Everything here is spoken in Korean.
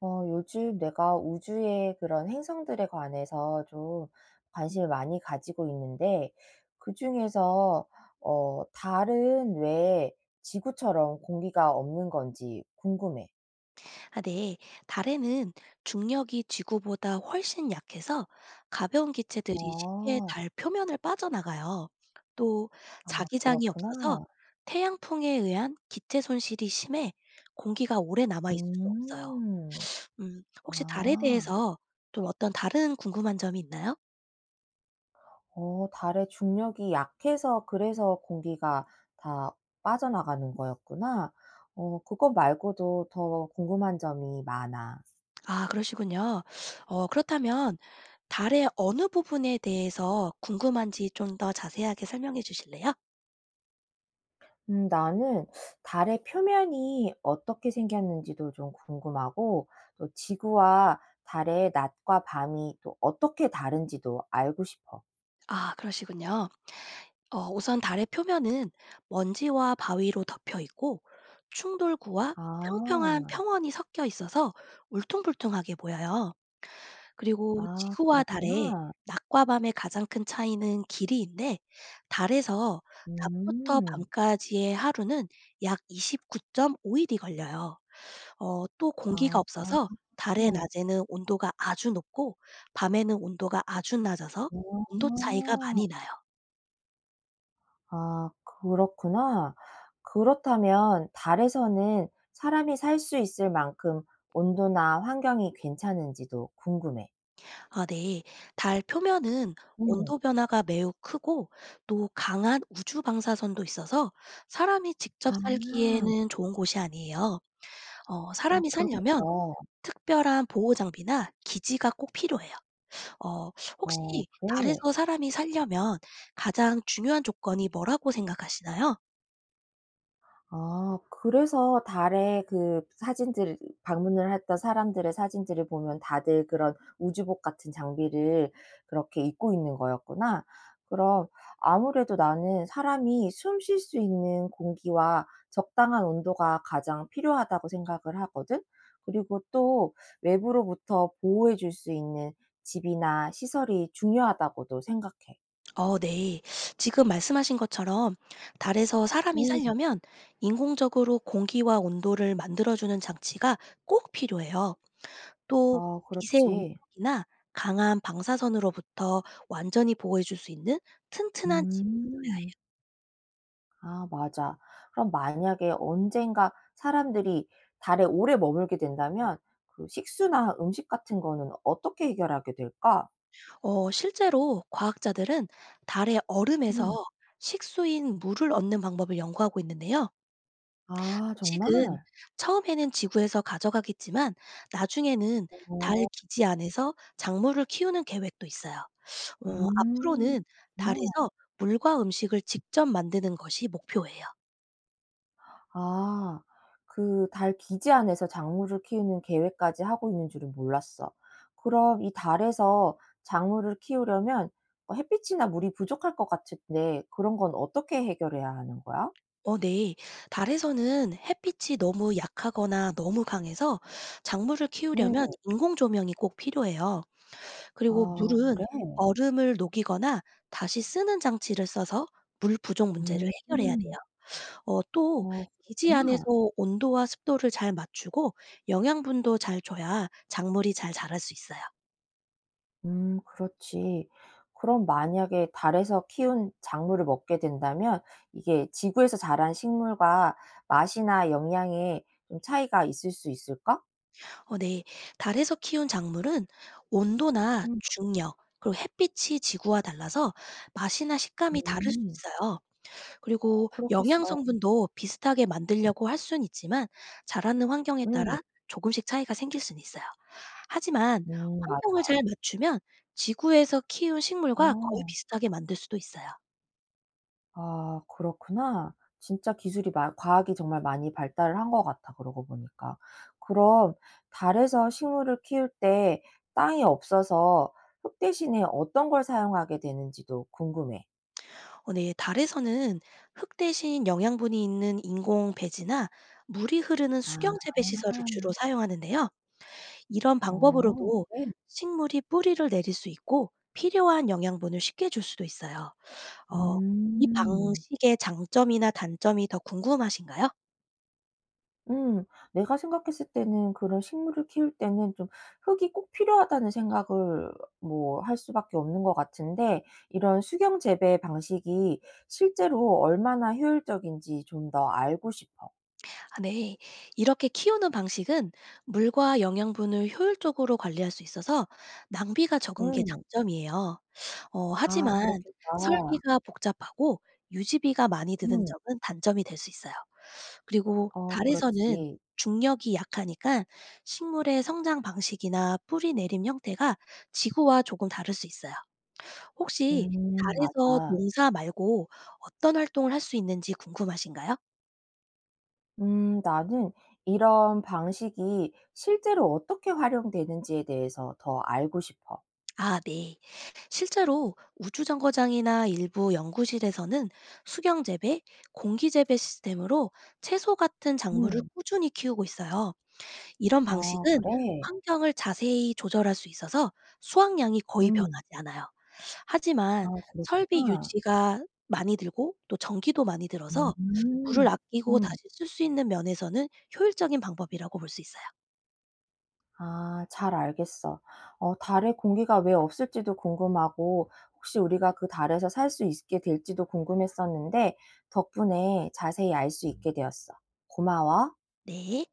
요즘 내가 우주의 그런 행성들에 관해서 좀 관심을 많이 가지고 있는데, 그중에서, 달은 왜 지구처럼 공기가 없는 건지 궁금해. 아, 네. 달에는 중력이 지구보다 훨씬 약해서 가벼운 기체들이 쉽게 어, 아, 달 표면을 빠져나가요. 또 아, 자기장이 없어서 그렇구나. 태양풍에 의한 기체 손실이 심해 공기가 오래 남아 있을 수 없어요. 음, 혹시 달에 아, 대해서 좀 어떤 다른 궁금한 점이 있나요? 달의 중력이 약해서 그래서 공기가 다 빠져나가는 거였구나. 그거 말고도 더 궁금한 점이 많아. 아, 그러시군요. 그렇다면 달의 어느 부분에 대해서 궁금한지 좀 더 자세하게 설명해 주실래요? 나는 달의 표면이 어떻게 생겼는지도 좀 궁금하고, 또 지구와 달의 낮과 밤이 또 어떻게 다른지도 알고 싶어. 아, 그러시군요. 우선 달의 표면은 먼지와 바위로 덮여 있고 충돌구와 평평한 아, 평원이 섞여 있어서 울퉁불퉁하게 보여요. 그리고 아, 지구와 달의 그렇구나. 낮과 밤의 가장 큰 차이는 길이인데 달에서 낮부터 음, 밤까지의 하루는 약 29.5일이 걸려요. 또 공기가 아, 아, 아, 없어서 달의 낮에는 온도가 아주 높고 밤에는 온도가 아주 낮아서 온도 차이가 많이 나요. 아, 그렇구나. 그렇다면 달에서는 사람이 살 수 있을 만큼 온도나 환경이 괜찮은지도 궁금해. 아, 네. 달 표면은 음, 온도 변화가 매우 크고 또 강한 우주 방사선도 있어서 사람이 직접 아, 살기에는 좋은 곳이 아니에요. 아, 사람이 그렇겠다. 살려면 특별한 보호 장비나 기지가 꼭 필요해요. 어, 혹시 어 그래? 달에서 사람이 살려면 가장 중요한 조건이 뭐라고 생각하시나요? 아 그래서 달에 그 사진들 방문을 했던 사람들의 사진들을 보면 다들 그런 우주복 같은 장비를 그렇게 입고 있는 거였구나. 그럼 아무래도 나는 사람이 숨 쉴 수 있는 공기와 적당한 온도가 가장 필요하다고 생각을 하거든. 그리고 또 외부로부터 보호해 줄 수 있는 집이나 시설이 중요하다고도 생각해. 네. 지금 말씀하신 것처럼 달에서 사람이 음. 살려면 인공적으로 공기와 온도를 만들어 주는 장치가 꼭 필요해요. 또 아 미세 그렇지. 온천이나 강한 방사선으로부터 완전히 보호해 줄 수 있는 음. 튼튼한 집. 음. 아 맞아. 그럼 만약에 언젠가 사람들이 달에 오래 머물게 된다면 그 식수나 음식 같은 거는 어떻게 해결하게 될까? 실제로 과학자들은 달의 얼음에서 음. 식수인 물을 얻는 방법을 연구하고 있는데요. 아 정말? 음식은 처음에는 지구에서 가져가겠지만 나중에는 달 어. 기지 안에서 작물을 키우는 계획도 있어요. 음. 앞으로는 그렇구나. 달에서 물과 음식을 직접 만드는 것이 목표예요. 아 그 달 기지 안에서 작물을 키우는 계획까지 하고 있는 줄은 몰랐어. 그럼 이 달에서 작물을 키우려면 햇빛이나 물이 부족할 것 같은데 그런 건 어떻게 해결해야 하는 거야? 네. 달에서는 햇빛이 너무 약하거나 너무 강해서 작물을 음. 키우려면 인공 조명이 꼭 필요해요. 그리고 아 물은 그래? 얼음을 녹이거나 다시 쓰는 장치를 써서 물 부족 문제를 해결해야 돼요. 음. 또 어 기지 안에서 그렇구나. 온도와 습도를 잘 맞추고 영양분도 잘 줘야 작물이 잘 자랄 수 있어요. 그렇지. 그럼 만약에 달에서 키운 작물을 먹게 된다면 이게 지구에서 자란 식물과 맛이나 영양에 좀 차이가 있을 수 있을까? 네. 달에서 키운 작물은 온도나 음. 중력 그리고 햇빛이 지구와 달라서 맛이나 식감이 다를 수 음 있어요. 그리고 영양 그렇겠어. 성분도 비슷하게 만들려고 할 수는 있지만 자라는 환경에 음. 따라 조금씩 차이가 생길 수는 있어요. 하지만 환경을 맞아. 잘 맞추면 지구에서 키운 식물과 거의 비슷하게 만들 수도 있어요. 아 그렇구나. 진짜 기술이 마 과학이 정말 많이 발달을 한 것 같아 그러고 보니까. 그럼 달에서 식물을 키울 때 땅이 없어서 흙 대신에 어떤 걸 사용하게 되는지도 궁금해. 네. 달에서는 흙 대신 영양분이 있는 인공 배지나 물이 흐르는 아. 수경재배 시설을 주로 사용하는데요. 이런 어 방법으로도 그래? 식물이 뿌리를 내릴 수 있고 필요한 영양분을 쉽게 줄 수도 있어요. 어 이 음. 방식의 장점이나 단점이 더 궁금하신가요? 음. 내가 생각했을 때는 그런 식물을 키울 때는 좀 흙이 꼭 필요하다는 생각을 뭐 할 수밖에 없는 것 같은데 이런 수경 재배 방식이 실제로 얼마나 효율적인지 좀 더 알고 싶어. 아, 네. 이렇게 키우는 방식은 물과 영양분을 효율적으로 관리할 수 있어서 낭비가 적은 게 음. 장점이에요. 어, 아 하지만 그렇겠다. 설비가 복잡하고 유지비가 많이 드는 음. 점은 단점이 될 수 있어요. 그리고 어 달에서는 그렇지. 중력이 약하니까 식물의 성장 방식이나 뿌리 내림 형태가 지구와 조금 다를 수 있어요. 혹시 달에서 맞아. 농사 말고 어떤 활동을 할 수 있는지 궁금하신가요? 나는 이런 방식이 실제로 어떻게 활용되는지에 대해서 더 알고 싶어. 아, 네. 실제로 우주정거장이나 일부 연구실에서는 수경재배, 공기재배 시스템으로 채소 같은 작물을 음. 꾸준히 키우고 있어요. 이런 아 방식은 그래? 환경을 자세히 조절할 수 있어서 수확량이 거의 음. 변하지 않아요. 아 하지만 설비 그렇구나. 유지가 많이 들고 또 전기도 많이 들어서 음. 물을 아끼고 다시 음. 쓸 수 있는 면에서는 효율적인 방법이라고 볼 수 있어요. 아 잘 알겠어. 어 달에 공기가 왜 없을지도 궁금하고 혹시 우리가 그 달에서 살 수 있게 될지도 궁금했었는데 덕분에 자세히 알 수 있게 되었어. 고마워. 네.